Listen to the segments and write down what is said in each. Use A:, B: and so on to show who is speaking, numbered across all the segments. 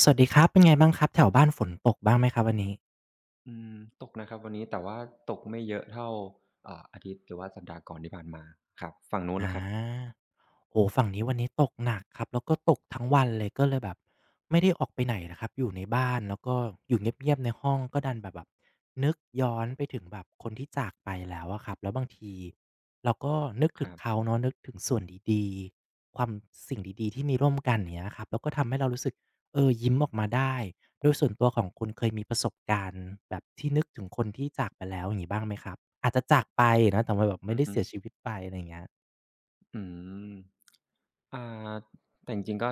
A: สวัสดีครับเป็นไงบ้างครับแถวบ้านฝนตกบ้างไหมครับวันนี้
B: อืมตกนะครับวันนี้แต่ว่าตกไม่เยอะเท่าอาทิตย์หรือว่าสัปดาห์ก่อนที่ผ่านมาครับฝั่งนู้นล่ะ
A: อา
B: ครับ
A: โอ้โฮฝั่งนี้วันนี้ตกหนักครับแล้วก็ตกทั้งวันเลยก็เลยแบบไม่ได้ออกไปไหนน่ะครับอยู่ในบ้านแล้วก็อยู่เงียบๆในห้องก็ดันแบบนึกย้อนไปถึงแบบคนที่จากไปแล้วอะครับแล้วบางทีเราก็นึก
B: ค
A: ถึง
B: รั
A: เขา
B: บ
A: เนาะนึกถึงส่วนดีๆความสิ่งดีๆที่มีร่วมกันอย่างเงี้ยครับแล้วก็ทำให้เรารู้สึกเออยิ้มออกมาได้โดยส่วนตัวของคุณเคยมีประสบการณ์แบบที่นึกถึงคนที่จากไปแล้วอย่างงี้บ้างไหมครับอาจจะจากไปนะแต่ว่าแบบ
B: อื
A: ไม่
B: อ
A: ได้
B: ฮึ
A: เสียชีวิตไปอะไรอย่างเงี้ย
B: อืม อ่าแต่จริงๆก็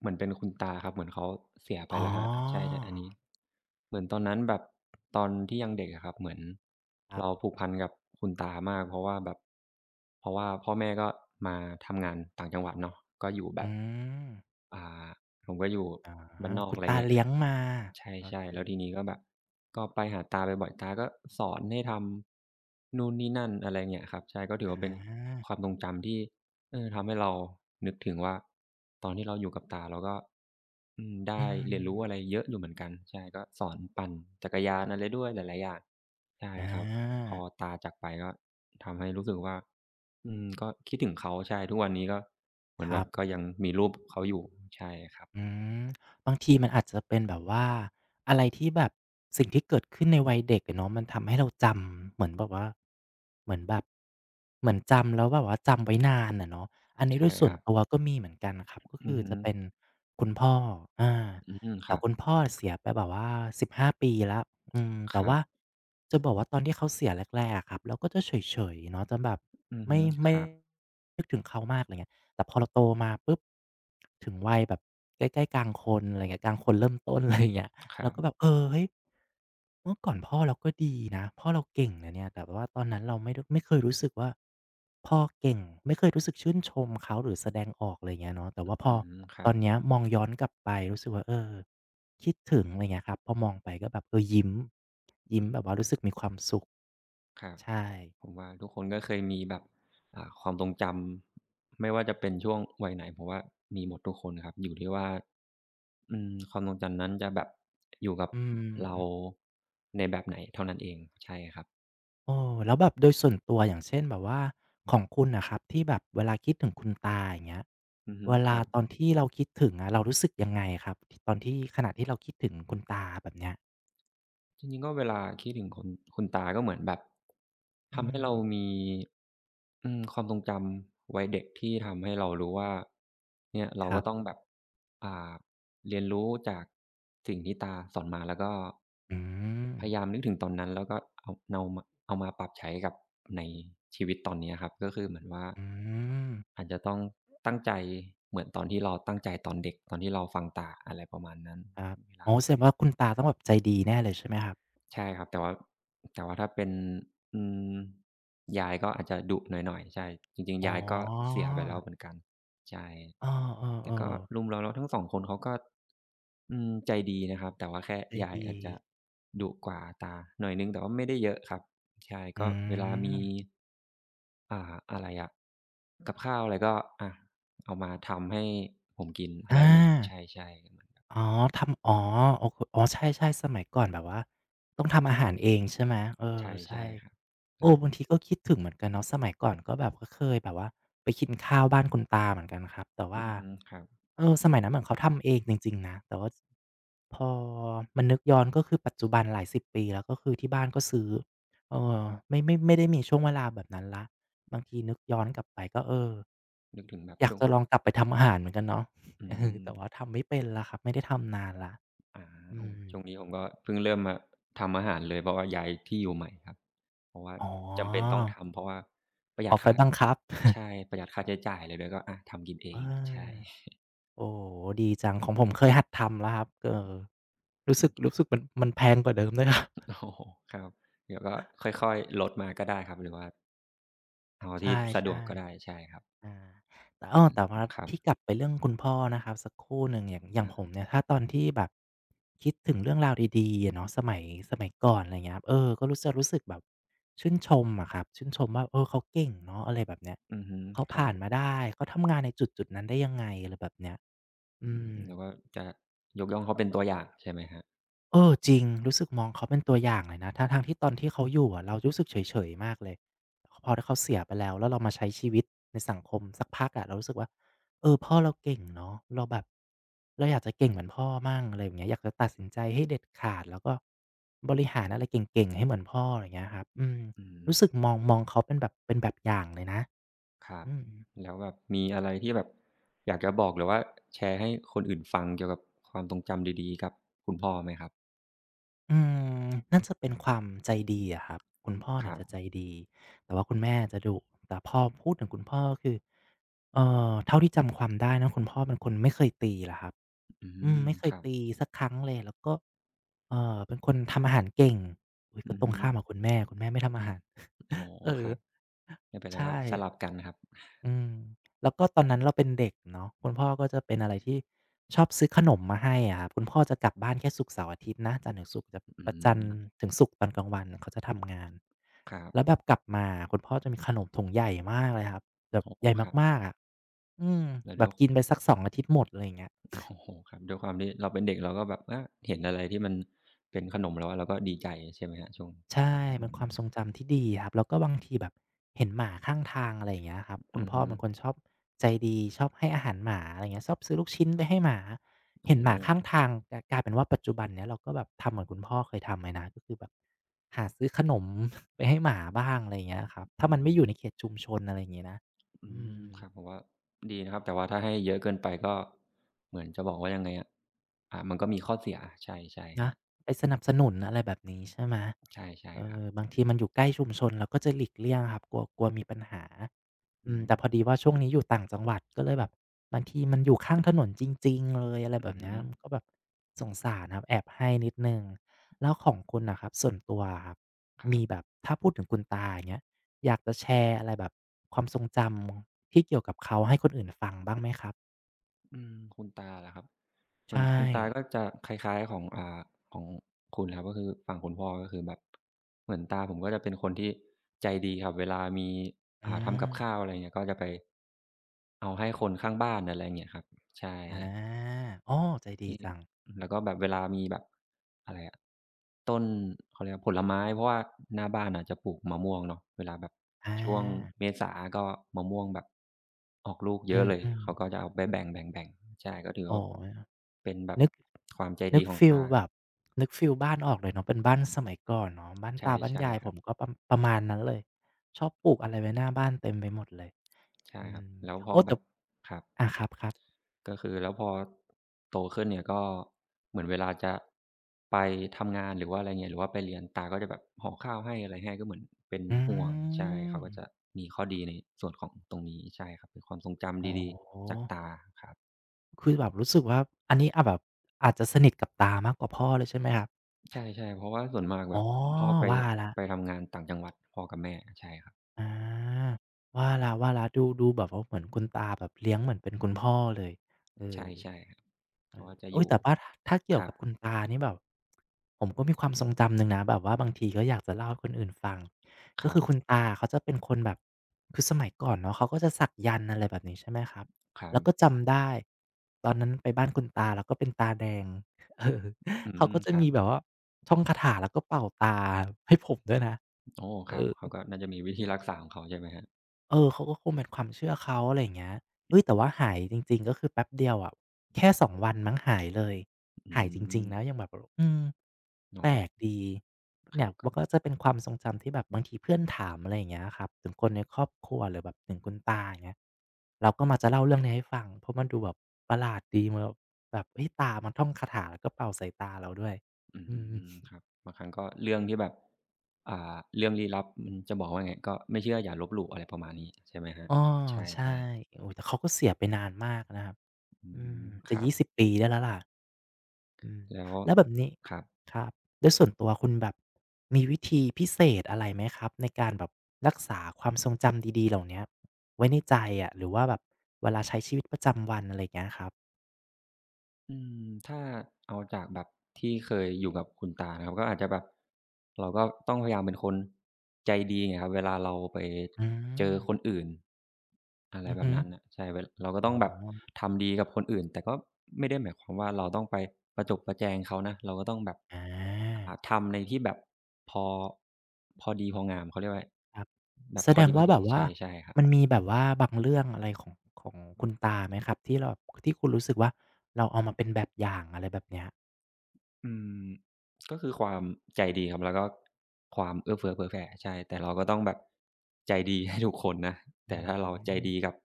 B: เหมือนเป็นคุณตาครับเหมือนเขาเสียไป
A: อ๋อ
B: แล้วครับใช่ๆอันนี้เหมือนตอนนั้นแบบตอนที่ยังเด็กอะครับเหมือน
A: ครั
B: เรา
A: บ
B: ผูกพันกับคุณตามากเพราะว่าแบบเพราะว่าพ่อแม่ก็มาทำงานต่างจังหวัดเนาะก็อยู่แบบ
A: อืม
B: อ่าผมก็อยู่
A: อ๋อ
B: บ้านนอก
A: คุณ
B: อะไร
A: ตา
B: เงี้ย
A: เลี้ยงมา โอ
B: ใช่
A: เค
B: ๆแล้วทีนี้ก็แบบก็ไปหาตาบ่อยๆตาก็สอนให้ทำนู่นนี่นั่นอะไรเงี้ยครับใช่ก็ถือ
A: อ
B: ว่าเป็น
A: า
B: ความทรงจำที่ เออทำให้เรานึกถึงว่าตอนที่เราอยู่กับตาเราก็อืม
A: อื
B: ได้เรียนรู้อะไร
A: ม
B: เยอะอยู่เหมือนกันใช่ก็สอนปั่นจักรยานอะไรด้วยหลายๆอย่างใช่
A: อ
B: ครับพ
A: า
B: อตาจากไปก็ทำให้รู้สึกว่าอืมก็คิดถึงเขาใช่ทุกวันนี้ก็เหมือ
A: ค
B: นแบ
A: รั
B: บ
A: บ
B: ก็ยังมีรูปเขาอยู่ใช่ครับ
A: อืมบางทีมันอาจจะเป็นแบบว่าอะไรที่แบบสิ่งที่เกิดขึ้นในวัยเด็กอะเนาะมันทำให้เราจำเหมือนแบบว่าเหมือนแบบเหมือนจำแล้วแบบว่าจำไว้นานอะเนาะอันนี้
B: ใช่
A: ด้วยส่
B: ค
A: วน
B: รับ
A: ตัวก็มีเหมือนกันครับก็
B: อื
A: คื
B: อ
A: อ
B: ฮึ
A: จะเป็นคุณพ่ออา
B: อืมค
A: แต่
B: รับ
A: คุณพ่อเสียไปแบบว่า15ปีแล้วอืม
B: ค
A: แต่
B: รับ
A: ว่าจะบอกว่าตอนที่เขาเสียแรกๆอะครับเราก็จะเฉยๆเนาะจะแบบ
B: อือฮึ
A: ไม่
B: ค
A: ไม่
B: รับ
A: นึกถึงเขามากอะไรเงี้ย แต่พอเราโตมาปุ๊บถึงวัยแบบใกล้ๆกลางคนอะไรเงี้ยกลางคนเริ่มต้น อะไรอย่างเงี้ย
B: ครั
A: เราก็แบ
B: บ
A: บเออเฮ้ยเมื่อก่อนพ่อเราก็ดีนะพ่อเราเก่งนะเนี่ยแต่ว่าตอนนั้นเราไม่ดไม่เคยรู้สึกว่าพ่อเก่งไม่เคยรู้สึกชื่นชมเขาหรือแสดงออกอะไรอย่างเงี้ยเนาะแต่ว่าพ
B: อื
A: อ
B: มค
A: ต
B: รั
A: อ
B: บ
A: นเนี้ยมองย้อนกลับไปรู้สึกว่าเออคิดถึงอะไรเงี้ยครับพอมองไปก็แบบเออยิ้ม
B: อื
A: ยิ้มแบบ
B: ม
A: ว่ารู้สึกมีความสุข
B: ครับ
A: ใช่
B: ผมว่าทุกคนก็เคยมีแบบความทรงจำไม่ว่าจะเป็นช่วงวัยไหนผมว่ามีหมดทุกคนครับอยู่ที่ว่าอืมความทรงจำนั้นจะแบบอยู่กับ
A: อืม
B: เราในแบบไหนเท่านั้นเองใช่ครับ
A: โอ้แล้วแบบโดยส่วนตัวอย่างเช่นแบบว่าของคุณนะครับที่แบบเวลาคิดถึงคุณตาอย่างเงี้ย
B: อือฮึ
A: เว
B: ค
A: ลา
B: รับ
A: ตอนที่เราคิดถึงอะเรารู้สึกยังไงครับที่ตอนที่ขณะที่เราคิดถึงคุณตาแบบเนี้ย
B: จริงๆก็เวลาคิดถึงคุณตา ก็เหมือนแบบ
A: อื
B: ทำให้
A: ม
B: เรามีอืมความทรงจำวัยเด็กที่ทำให้เรารู้ว่าเนี่ยเรา
A: ค
B: ก็
A: รับ
B: ต้องแบบอ่าเรียนรู้จากสิ่งที่ตาสอนมาแล้วก็
A: อืม
B: พยายามนึกถึงตอนนั้นแล้วก็เอามาปรับใช้กับในชีวิตตอนเนี้ยครับก็คือเหมือนว่า
A: อืม
B: อาจจะต้องตั้งใจเหมือนตอนที่เราตั้งใจตอนเด็กตอนที่เราฟังตาอะไรประมาณนั้น
A: ครับ
B: เวลา
A: โอ้แสดงว่าคุณตาต้องแบบใจดีแน่เลยใช่ไหมครับ
B: ใช่ครับแต่ว่าถ้าเป็นอืมยายก็อาจจะดุหน่อยๆใช่จริง
A: อ๋
B: ๆยายก็
A: อ
B: เสียไปแล้วเหมือนกันใช่
A: อ๋อเออ
B: แต่
A: เออ
B: ก็รวมแล้วทั้งสองคนเขาก็อืมใจดีนะครับแต่ว่าแค่
A: ใจ
B: ยาย
A: ดี
B: อาจจะดุกว่าตาหน่อยหนึ่งแต่ว่าไม่ได้เยอะครับใช่
A: อื
B: ก็เวลามี
A: ม
B: อะไรอะกับข้าวอะไรก็อะเอามาทำให้ผมกินอะไรอ
A: อา
B: ย่างเงี้ยใช่ๆ
A: อ๋อทำอ๋อโอคอ๋อใช่ๆสมัยก่อนแบบว่าต้องทำอาหารเองใช่ไหมเออใช่
B: ใช่ๆครับ
A: เอ
B: ก็
A: อบางทีก็คิดถึงเหมือนกันเนาะสมัยก่อนก็แบบว่าเคยแบบว่าไปกินข้าวบ้านคุณตาเหมือนกันครับแต่
B: อื
A: ว่า
B: อฮึครับ
A: เออสมัยนั้นเหมือนเขาทำเองจริงๆนะแต่ว่าพอมานึกย้อนก็คือปัจจุบันหลายสิบปีแล้วก็คือที่บ้านก็ซื้อเออไม่ได้มีช่วงเวลาแบบนั้นแล้วบางทีนึกย้อนกลับไปก็เออ
B: นึกถึงแบบ
A: อยาก
B: ช่วง
A: จะลองกลับไปทำอาหารเหมือนกันเนาะ
B: อื
A: เออ
B: ม
A: แต่ว่าทำไม่เป็นแล้วครับไม่ได้ทำนานแล้ว
B: อา
A: อื
B: โอ้
A: ม
B: ช่วงนี้ผมก็เพิ่งเริ่มมาทำอาหารเลยเพราะว่าย้ายที่อยู่ใหม่ครับเพราะว่า
A: อ๋
B: จำเป็น
A: อ
B: ต้องทำเพราะว่าประห
A: อ
B: ยัด
A: อกไฟ
B: ค่า
A: บังคับ
B: ใช่ประหยัดค่าใช้จ่ายอะไรด้วยก็อะทำกินเอ
A: เออ
B: งใช่
A: โอ้โฮดีจังของผมเคยหัดทำแล้วครับเออรู้
B: อื
A: สึก
B: ม
A: รู้สึกมันแพงกว่าเดิมด้วยครับ
B: โอ้โฮครับเดี๋ยวก็ค่อยๆลดมาก็ได้ครับหรือว่าเอา
A: ใช
B: ที่สะดวก
A: ่
B: ก็ได้ใช่ครับ
A: ๆอาแต่อ้อแต่ว่า
B: ครั
A: ที่ก
B: บ
A: ลับไปเรื่องคุณพ่อนะครับสักครู่หนึ่งอย่างอย่างผม
B: อา
A: เนี่ยถ้าตอนที่แบบคิดถึงเรื่องราวดีๆอะเนาะสมัยสมัยก่อนอะไรอย่างเงี้ยครับเออก็รู้จะรู้สึกแบบชื่นชมอะครับชื่นชมว่าเออเขาเก่งเนาะอะไรแบบเนี้ย
B: อือฮึ
A: เขา
B: ครั
A: ผ่า
B: บ
A: นมาได้เขาทำงานในจุดๆนั้นได้ยังไงอะไรแบบเนี้ยอื
B: อืม
A: ม
B: แล้วก็จะยกย่องเขาเป็นตัวอย่างใช่ไหมครับ
A: เออจริงรู้สึกมองเขาเป็นตัวอย่างเลยนะทั้งๆที่ตอนที่เขาอยู่อะเรารู้สึกเฉยๆมากเลยพอเขาเสียไปแล้วแล้วเรามาใช้ชีวิตในสังคมสักพักอะเรารู้สึกว่าเออพ่อเราเก่งเนาะเราแบบเราอยากจะเก่งเหมือนพ่อมั่งอะไรอย่างเงี้ยอยากจะตัดสินใจให้เด็ดขาดแล้วก็บริหารอะไรเก่งๆให้เหมือนพ่ออะไรอย่างเงี้ยครับอืม
B: อืม
A: รู้สึกมองเขาเป็นแบบเป็นแบบอย่างเลยนะ
B: ครับ
A: อืม
B: แล้วแบบมีอะไรที่แบบอยากจะบอกหรือว่าแชร์ให้คนอื่นฟังเกี่ยวกับความทรงจำดีๆกับคุณพ่อไหมครับ
A: อืมน่าจะเป็นความใจดีอะครับคุณพ่อ
B: ค
A: เนี่ย
B: รั
A: จะใจ
B: บ
A: ดีแต่ว่าคุณแม่จะดุแต่พอพูดถึงคุณพ่อก็คือเอ่เท่าที่จำความได้นะคุณพ่อเป็นคนไม่เคยตีเหรอครับ
B: อื
A: อืม
B: ม
A: ไม่เค
B: ค
A: ย
B: รับ
A: ตีสักครั้งเลยแล้วก็เป็นคนทำอาหารเก่งอุ๊ย
B: อื
A: ก็
B: อ
A: ตรง
B: ฮึ
A: ข้ามกับคุณแม่คุณแม่ไม่ทำอาหาร
B: อ๋อ
A: เอ
B: ค
A: อ
B: รับไม่เป็นไรก็
A: ใช่
B: สลับกันครับ
A: อืมแล้วก็ตอนนั้นเราเป็นเด็กเนาะคุณพ่อก็จะเป็นอะไรที่ชอบซื้อขนมมาให้อะครับคุณพ่อจะกลับบ้านแค่ศุกร์เสาร์อาทิตย์นะจันทร์ถึงศุกร์จะ
B: อื
A: ประจันท
B: ม
A: ร์ถึงศุกร์ตอนกลางวันเขาจะทำงาน
B: ครั
A: แล้ว
B: บ
A: แบบกลับมาคุณพ่อจะมีขนมถุงใหญ่มากเลยครับแบบ
B: โอ้โฮ
A: ใหญ่
B: ครับ
A: มากๆอะอืม
B: แล้ว
A: แบ
B: ด้
A: บ
B: วย
A: กินไปสัก2อาทิตย์หมดอะไรอย่างเงี้ย
B: โอ้โฮครับด้วยความที่เราเป็นเด็กเราก็แบบอาเห็นอะไรที่มันเป็นขนมแล้วอะเราก็ดีใจใช่ไหมครับช่วง
A: ใช่
B: ตอนอื
A: เป็นควา
B: ม
A: มทรงจำที่ดีครับแล้วก็บางทีแบบเห็นหมาข้างทางอะไรอย่างเงี้ยครับคุ
B: อื
A: ณ
B: อ
A: พ่อ
B: ฮึ
A: เป็นคนชอบใจดีชอบให้อาหารหมาอะไรอย่างเงี้ยชอบซื้อลูกชิ้นไปให้หมา
B: โอ้
A: เห็น
B: โฮ
A: หมาข้างทางกลายเป็นว่าปัจจุบันเนี้ยเราก็แบบทำเหมือนคุณพ่อเคยทำเลยนะก็คือแบบหาซื้อขนม ไปให้หมาบ้างอะไรอย่างเงี้ยครับ
B: อื
A: ถ้ามันไม่อ
B: ม
A: ยู่ในเขตชุมชนอะไรอย่างงี้นะ
B: อื
A: อื
B: ม
A: ม
B: ครับผมว่าดีนะครับแต่ว่าถ้าให้เยอะเกินไปก็เหมือนจะบอกว่ายังไงอะมันก็มีข้อเสียใช่ใช่ค
A: นะ
B: รับ
A: ไปสนับสนุนอะไรแบบนี้ใช่ไหม
B: ใช่ใช่
A: เอ
B: ครับ
A: อบางทีมันอยู่ใกล้ชุมชนเราก็จะหลีกเลี่ยงอะครับกลัวกลัวมีปัญหา
B: อื
A: อืมแต่
B: ม
A: พอดีว่าช่วงนี้อยู่ต่างจังหวัดก็เลยแบบบางทีมันอยู่ข้างถนนจริงๆเลยอะไรแบ
B: อือ
A: บ
B: ฮึ
A: เนี้ยมันก็แบบสงสารครับแอบให้นิดหนึ่งแล้วของคุณน่ะครับส่วนตัวอะครับ
B: ครั
A: มีแบ
B: บ
A: บถ้าพูดถึงคุณตาอย่างเงี้ยอยากจะแชร์อะไรแบบความทรงจำที่เกี่ยวกับเขาให้คนอื่นฟังบ้างไหมครับ
B: อืมคุณตาเหรอครับเหมือน
A: ใช่
B: คุณตาก็จะคล้ายๆของของคุณครับก็คือฝั่งคุณพ่อก็คือแบบเหมือนตาผมก็จะเป็นคนที่ใจดีครับเวลามี
A: อื
B: ทำ
A: ม
B: กับข้าวอะไรเงี้ยก็จะไปเอาให้คนข้างบ้านอะไรเงี้ยครับใช่
A: อาอ้อใจดี
B: ที่
A: จัง
B: แล้วก็แบบเวลามีแบบอะไรอะต้นเขาเรียกผลไม้เพราะว่าหน้าบ้านน่ะจะปลูกมะม่วงเนาะเวลาแบบ
A: อา
B: ช่วงเมษาก็มะม่วงแบบออกลูกเย
A: อื
B: อะเลย
A: ม
B: เขาก็
A: ๆ
B: จะเอาไปแบ่งๆๆใช่ก็ถือ
A: โอ้
B: ว่า
A: โฮ
B: เป็นแบบ
A: นึก
B: ความใจ
A: นึ
B: ดี
A: ก
B: ของ
A: ฟีล
B: ตา
A: แบบ นึกฟีลบ้านออกเลยเนาะเป็นบ้านสมัยก่อนเนาะบ้าน
B: ใช่
A: ตาบ้าน
B: ใช่
A: ยาย
B: ค
A: ผ
B: รับ
A: มก็ประมาณนั้นเลย ชอบปลูกอะไรไว้หน้าบ้านเต็มไปหมดเลย
B: ใช่
A: อื
B: ครับ
A: ม
B: แล้วพอ
A: โอ้
B: แบ
A: แต่
B: บครับ
A: อาครับๆ
B: ก็คือแล้วพอโตขึ้นเนี่ยก็เหมือนเวลาจะไปทำงานหรือว่าอะไรเงี้ยหรือว่าไปเรียนตาก็จะแบบห่อข้าวให้อะไรให้ก็เหมือนเป็น
A: อื
B: ห่วงใช่
A: ม
B: เขาก็จะมีข้อดีในส่วนของตรงนี้ใช่ครับเป็นความทรงจำ
A: โอ้
B: ดี
A: โฮ
B: ๆจากตาครับ
A: คือแบบรู้สึกว่าอันนี้อะแบบอาจจะสนิทกับตามากกว่าพ่อเลยใช่ไหมครับ
B: ใช่ๆเพราะว่าส่วนมากแบ
A: อ๋อ
B: บพ่อไป
A: ว่าแล้ว
B: ไปทำงานต่างจังหวัดพ่อกับแม่ใช่ครับ
A: อาว่าแล้วๆดูแบบว่าเหมือนคุณตาแบบเลี้ยงเหมือนเป็นคุณพ่อเลยเออ
B: ใช่ๆครับเขาก็จะอ
A: อุ๊ย
B: ยู่
A: แต่ว่าถ้า
B: ค
A: เกี่ยว
B: รั
A: กั
B: บ
A: บคุณตานี่แบบผมก็มีความทรงจำหนึ่งนะแบบว่าบางทีก็อยากจะเล่าให้คนอื่นฟัง
B: ค
A: ก็
B: รั
A: คือคุณ
B: บ
A: ตาเขาจะเป็นคนแบบคือสมัยก่อนเนาะเขาก็จะสักยันต์อะไรแบบนี้ใช่ไหมครับ
B: ครั
A: แล้วก็
B: บ
A: จำได้ตอนนั้นไปบ้านคุณตาแล้วก็เป็นตาแดง เออ
B: อื
A: เขา
B: ม
A: ก็จะ
B: ครับ
A: มีแบบว่าท่องคาถาแล้วก็เป่าตาให้ผมด้วยนะ
B: โอ้ค
A: เอ
B: รับ
A: อ
B: เขาก็น่าจะมีวิธีรักษาของเขาใช่ไหมครับ
A: เออเขาก็คงเป็นความเชื่อเขาอะไรอย่างเงี้ยเฮ้ยแต่ว่าหายจริงๆก็คือแป๊บเดียวอะแค่สองวันมั้งหายเลย
B: อื
A: หายจริง
B: ม
A: ๆนะยังแบบอืม
B: เรา
A: แปล
B: ก็
A: กดี
B: ครั
A: เนี่
B: บ
A: ย
B: ก็
A: มันก็จะเป็นความทรงจำที่แบบบางทีเพื่อนถามอะไรอย่างเงี้ยครับถึงคนในครอบครัวหรือแบบถึงคุณตาอย่างเงี้ยเราก็มักจะเล่าเรื่องนี้ให้ฟังเพราะมันดูแบบประหลาดดีมันแบบแบบเฮ้ยตามันท่องคาถาแล้วก็เป่าใส่ตาเราด้วย
B: อื
A: อืม
B: มครับบางครั้งก็เรื่องที่แบบเรื่องลี้ลับมันจะบอกว่าไงก็ไม่เชื่ออย่าลบหลู่อะไรประมาณนี้ใช่ไหมครับ
A: อ้อ
B: ใช
A: ใช่
B: ่
A: โอ้โฮแต่เขาก็เสียไปนานมากนะครับ
B: ๆอื
A: อืม
B: มค
A: จะ
B: รับ
A: 20 ปีได้แล้วล่ะอืม
B: แล้ว
A: แล้วแบบนี้
B: ครับ
A: ครับโดยส่วนตัวคุณแบบมีวิธีพิเศษอะไรไหมครับในการแบบรักษาความทรงจำดีๆเหล่าเนี้ยไว้ในใจอะหรือว่าแบบเวลาใช้ชีวิตประจำวันอะไรอย่างเงี้ยครับ
B: อืมถ้าเอาจากแบบที่เคยอยู่กับคุณตานะครับก็อาจจะแบบเราก็ต้องพยายามเป็นคนใจดีไงครับเวลาเราไป
A: อื
B: เจอ
A: ม
B: คนอื่นอะไร
A: อือ
B: แบบ
A: ฮึ
B: นั้นน่ะใช่เวเราก็ต้
A: อ๋
B: อ
A: อ
B: งแบบทำดีกับคนอื่นแต่ก็ไม่ได้หมายความว่าเราต้องไปประจบประแจงเขานะเราก็ต้องแบบ
A: อา
B: ทำในที่แบบพอพอดีพองามเขาเรียกว่า
A: ครับ
B: แบบ
A: แส
B: พอ
A: ดงว่า
B: ดี
A: แบบ
B: ๆ
A: ว่า
B: ใช่ใช่ครับ
A: มันมีแบบว่าบางเรื่องอะไรของของคุณตาไหมครับที่เราที่คุณรู้สึกว่าเราเอามาเป็นแบบอย่างอะไรแบบเนี้ย
B: อืมก็คือความใจดีครับแล้วก็ความเอื้อเฟื้อเผื่อแผ่ใช่แต่เราก็ต้องแบบใจดี ให้ทุกคนนะ
A: อื
B: แต่ถ้าเราใจ
A: ม
B: ดีกับ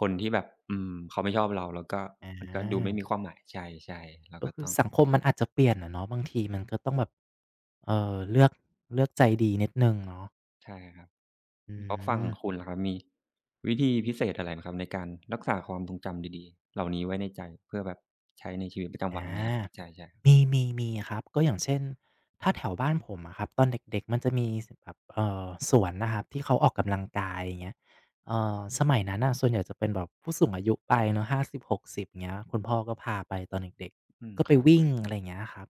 B: คนที่แบบอืมเขาไม่ชอบเราแล้วก็
A: อา
B: มันก็ดูไม่มีความหมายใช่ๆเรา
A: ก็
B: ก็
A: คื
B: ต้
A: อ
B: อง
A: สังคมมันอาจจะเปลี่ยนอะเนาะบางทีมันก็ต้องแบบเลือกเลือกใจดีนิดหนึ่งเนาะ
B: ใช่ครับ
A: อื
B: แล้วฝั่ง
A: ม
B: คุณล่ะครับมีวิธีพิเศษอะไรไหมครับในการรักษาความทรงจำดีๆเหล่านี้ไว้ในใจเพื่อแบบใช้ในชีวิตประ
A: อ
B: จำวันเงี้ยครับ
A: า
B: ใช่
A: มีครับก็อย่างเช่นถ้าแถวบ้านผมอะครับตอนเด็กๆมันจะมีแบบสวนนะครับที่เขาออกกำลังกายอย่างเงี้ยสมัยนั้นน่ะส่วนใหญ่จะเป็นแบบผู้สูงอายุไปเนาะ50-60เงี้ยคุณพ่อก็พาไปตอนเด็ก
B: ๆอืม
A: ๆก็
B: ค
A: ไป
B: รับ
A: วิ่งอะไรอย่างเงี้ยครับ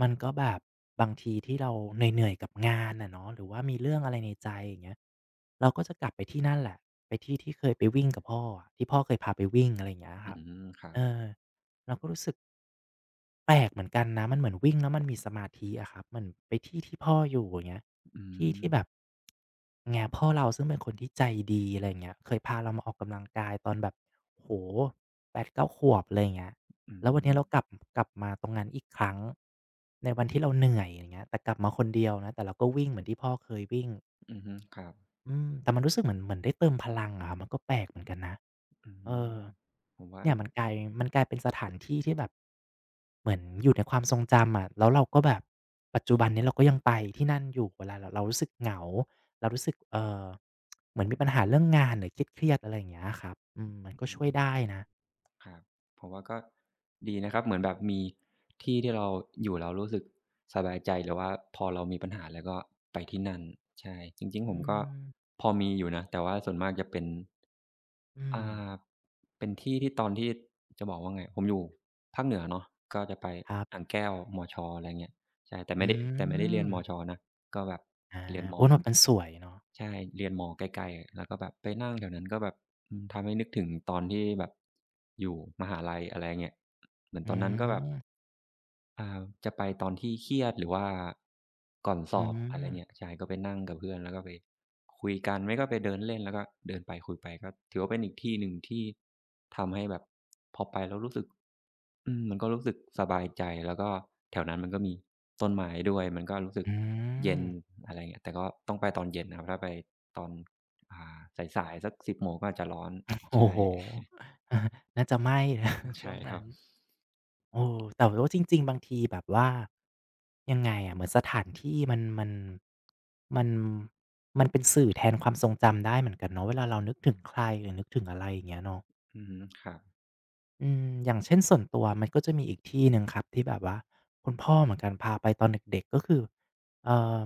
A: มันก็แบบบางทีที่เราเหนื่อยๆกับงานนะเนาะหรือว่ามีเรื่องอะไรในใจอย่างเงี้ยเราก็จะกลับไปที่นั่นแหละไปที่ที่เคยไปวิ่งกับพ่ออะที่พ่อเคยพาไปวิ่งอะไรอย่างเงี้ยค
B: อื
A: รับ
B: มครับ
A: เออเราก็รู้สึก แปลกเหมือนกันนะมันเหมือนวิ่งแล้วมันมีสมาธิอะครับเหมือนไปที่ที่พ่ออยู่อย่างเงี้ย
B: อื
A: ที่
B: ม
A: ที่แบบไงพ่อเราซึ่งเป็นคนที่ใจดีอะไรอย่างเงี้ยเคยพาเรามาออกกำลังกายตอนแบบโอ้โฮแปดเก้าขวบอะไรอย่างเงี้ย
B: อื
A: แล้ววัน
B: ม
A: เนี้ยเรากลับกลับมาตรงนั้นอีกครั้งในวันที่เราเหนื่อยอย่างเงี้ยแต่กลับมาคนเดียวนะแต่เราก็วิ่งเหมือนที่พ่อเคยวิ่ง
B: อือฮึครับ
A: อืมแต่มันรู้สึกเหมือนเหมือนได้เติมพลังอะครับมันก็แปลกเหมือนกันนะ
B: อื
A: เออ
B: มผมว่า
A: เนี่
B: อา
A: ย
B: จ
A: มันกลายมันกลายเป็นสถานที่ที่แบบเหมือนอยู่ในความทรงจำอะแล้วเราก็แบบปัจจุบันนี้เราก็ยังไปที่นั่นอยู่เวลาเรารู้สึกเหงาเรารู้สึกเหมือนมีปัญหาเรื่องงานหรือเครียดๆอะไรอย่างเงี้ยครับอืมมันก็
B: อื
A: ช่วย
B: ม
A: ได้นะ
B: ครับผมว่าก็ดีนะครับเหมือนแบบมีที่ที่เราอยู่แล้วรู้สึกสบายใจหรือว่าพอเรามีปัญหาแล้วก็ไปที่นั่นใช่จริงๆผ
A: อื
B: มก็
A: ม
B: พอมีอยู่นะแต่ว่าส่วนมากจะเป็น
A: อื
B: อ่
A: ม
B: าเป็นที่ที่ตอนที่จะบอกว่าไงผมอยู่ภาคเหนือเนาะก็จะไป
A: ครั
B: อ่าง
A: บ
B: แก้วมชอะไรเงี้ยใช่แต่
A: อื
B: ไม่ได้เรียนมช
A: ม
B: นะก็แบบ
A: อา
B: เรียนม
A: โอ๊ยแบบมันสวยเนาะ
B: ใช่เรียนมใกล้ๆอะแล้วก็แบบไปนั่งแถวนั้นก็แบบอืมทำให้นึกถึงตอนที่แบบอยู่มหาลัยอะไรเงี้ยเหมือนต
A: อื
B: อนนั้นก็แบบ
A: ม
B: อ่าจะไปตอนที่เครียดหรือว่าก่อนส
A: อื
B: อบอะไรเงี้ย
A: ม
B: ใช่ก็ไปนั่งกับเพื่อนแล้วก็ไปคุยกัน ไม่ก็ไปเดินเล่นแล้วก็เดินไปคุยไปก็ถือว่าเป็นอีกที่หนึ่งที่ทำให้แบบพอไปแล้วรู้สึกอืมมันก็รู้สึกสบายใจแล้วก็แถวนั้นมันก็มีต้นไม้ด้วยมันก็รู้สึก
A: อื
B: เย็น
A: ม
B: อะไรเงี้ยแต่ก็ต้องไปตอนเย็นนะครับถ้าไปตอนสายๆสัก10โมงก็อาจจะร้อน
A: โอ้
B: ใช่
A: โฮ น่าจะไหม้ นะ ช่
B: ใช่
A: วง
B: ครั
A: นั้
B: บ
A: น เออแต่ว่าจริงๆบางทีแบบว่ายังไงอะเหมือนสถานที่มันมันเป็นสื่อแทนความทรงจำได้เหมือนกันเนาะเวลาเรานึกถึงใครหรือนึกถึงอะไรอย่างเงี้ยเนาะ
B: อือฮึครับ
A: อืมอย่างเช่นส่วนตัวมันก็จะมีอีกที่หนึ่งครับที่แบบว่าคุณพ่อเหมือนกันพาไปตอนเด็กๆก็คือเอ่อ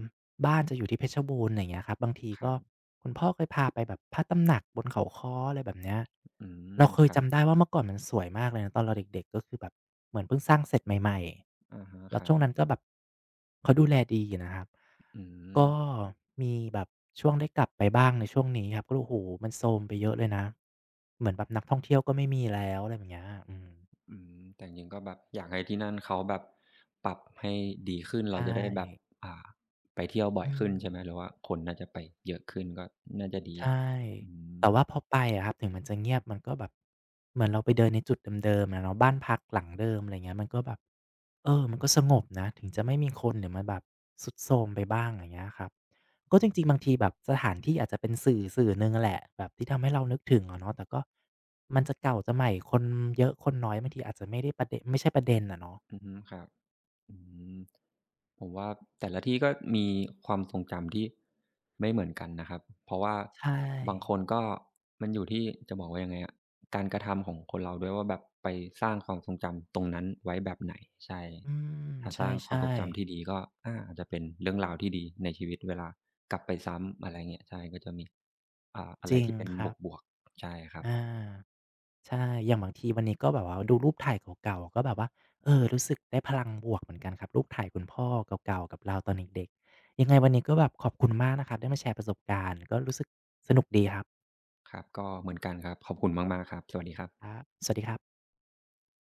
A: บ้านจะอยู่ที่เพชรบูรณ์ไงเงี้ยครับบางที
B: ครั
A: ก็
B: บ
A: คุณพ่อเคยพาไปแบบพระตำหนักบนเขาค้ออะไรแบบเนี้ย
B: อืม
A: เราเค
B: ค
A: ย
B: รับ
A: จำได้ว่าเมื่อก่อนมันสวยมากเลยนะตอนเราเด็กๆก็คือแบบเหมือนเพิ่งสร้างเสร็จใหม่
B: อะฮะ
A: ๆ
B: ค
A: แล้ว
B: รั
A: ช่
B: บ
A: วงนั้นก็แบบเขาดูแลดีนะครับ
B: อืม
A: ก็มีแบบช่วงได้กลับไปบ้างในช่วงนี้ครับก็โอ้โหมันโทรมไปเยอะเลยนะเหมือนแบบนักท่องเที่ยวก็ไม่มีแล้วอะไรแบบเนี้ยอืม
B: อืมแต่จริงๆก็แบบอยากให้ที่นั่นเขาแบบปรับให้ดีขึ้นเรา
A: ใช่
B: จะได้แบบอ่าไปเที่ยวบ่อย
A: อืม
B: ขึ้นใช่ไหมหรือว่าคนน่าจะไปเยอะขึ้นก็น่าจะดี
A: ใช่
B: อืม
A: แต่ว่าพอไปอะครับ ถึงมันจะเงียบมันก็แบบ เหมือนเราไปเดินในจุดเดิมๆอะเนาะบ้านพักหลังเดิมอะไรเงี้ยมันก็แบบ เออมันก็สงบนะ ถึงจะไม่มีคนหรือมันแบบทรุดโทรมไปบ้างอย่างเงี้ยครับ ก็
B: อื
A: จ
B: อฮึ
A: ริงๆบางทีแบบสถานที่อาจจะเป็นสื่อหนึ่งแหละแบบที่ทำให้เรานึกถึงอะเนาะแต่ก็มันจะเก่าจะใหม่คนเยอะคนน้อยบางทีอาจจะไม่ได้ประเดะไม่ใช่ประเด็นอะเนาะ
B: อือฮึครับ อืมผมว่าแต่ละที่ก็มีความทรงจำที่ไม่เหมือนกันนะครับเพราะว่า
A: ใช่
B: บางคนก็มันอยู่ที่จะบอกว่ายังไงอะการกระทำของคนเราด้วยว่าแบบไปสร้างความทรงจำตรงนั้นไว้แบบไหนใช่
A: อืม
B: ถ้า
A: ใช
B: สร้างความ
A: ่
B: ทรงจำที่
A: ๆ
B: ดีก็อาจจะเป็นเรื่องราวที่ดีในชีวิตเวลากลับไปซ้ำอะไรเงี้ยใช่ก็จะมีอะ
A: จ
B: ไร
A: ริง
B: ที่เป็น
A: ครับ
B: บวกๆใช่ครับ
A: อา ใช่ อย่างบางทีวันนี้ก็แบบว่าดูรูปถ่ายเก่าๆก็แบบว่าเออรู้สึกได้พลังบวกเหมือนกันครับรูปถ่ายคุณพ่อเก่าๆกับเราตอนเด็กๆยังไงวันนี้ก็แบบขอบคุณมากนะครับได้มาแชร์ประสบการณ์ก็รู้สึกสนุกดีครับ
B: ครับก็เหมือนกันครับขอบคุณมากๆครับสวัสดีครั
A: ค
B: บ
A: รับสวัสดีครับ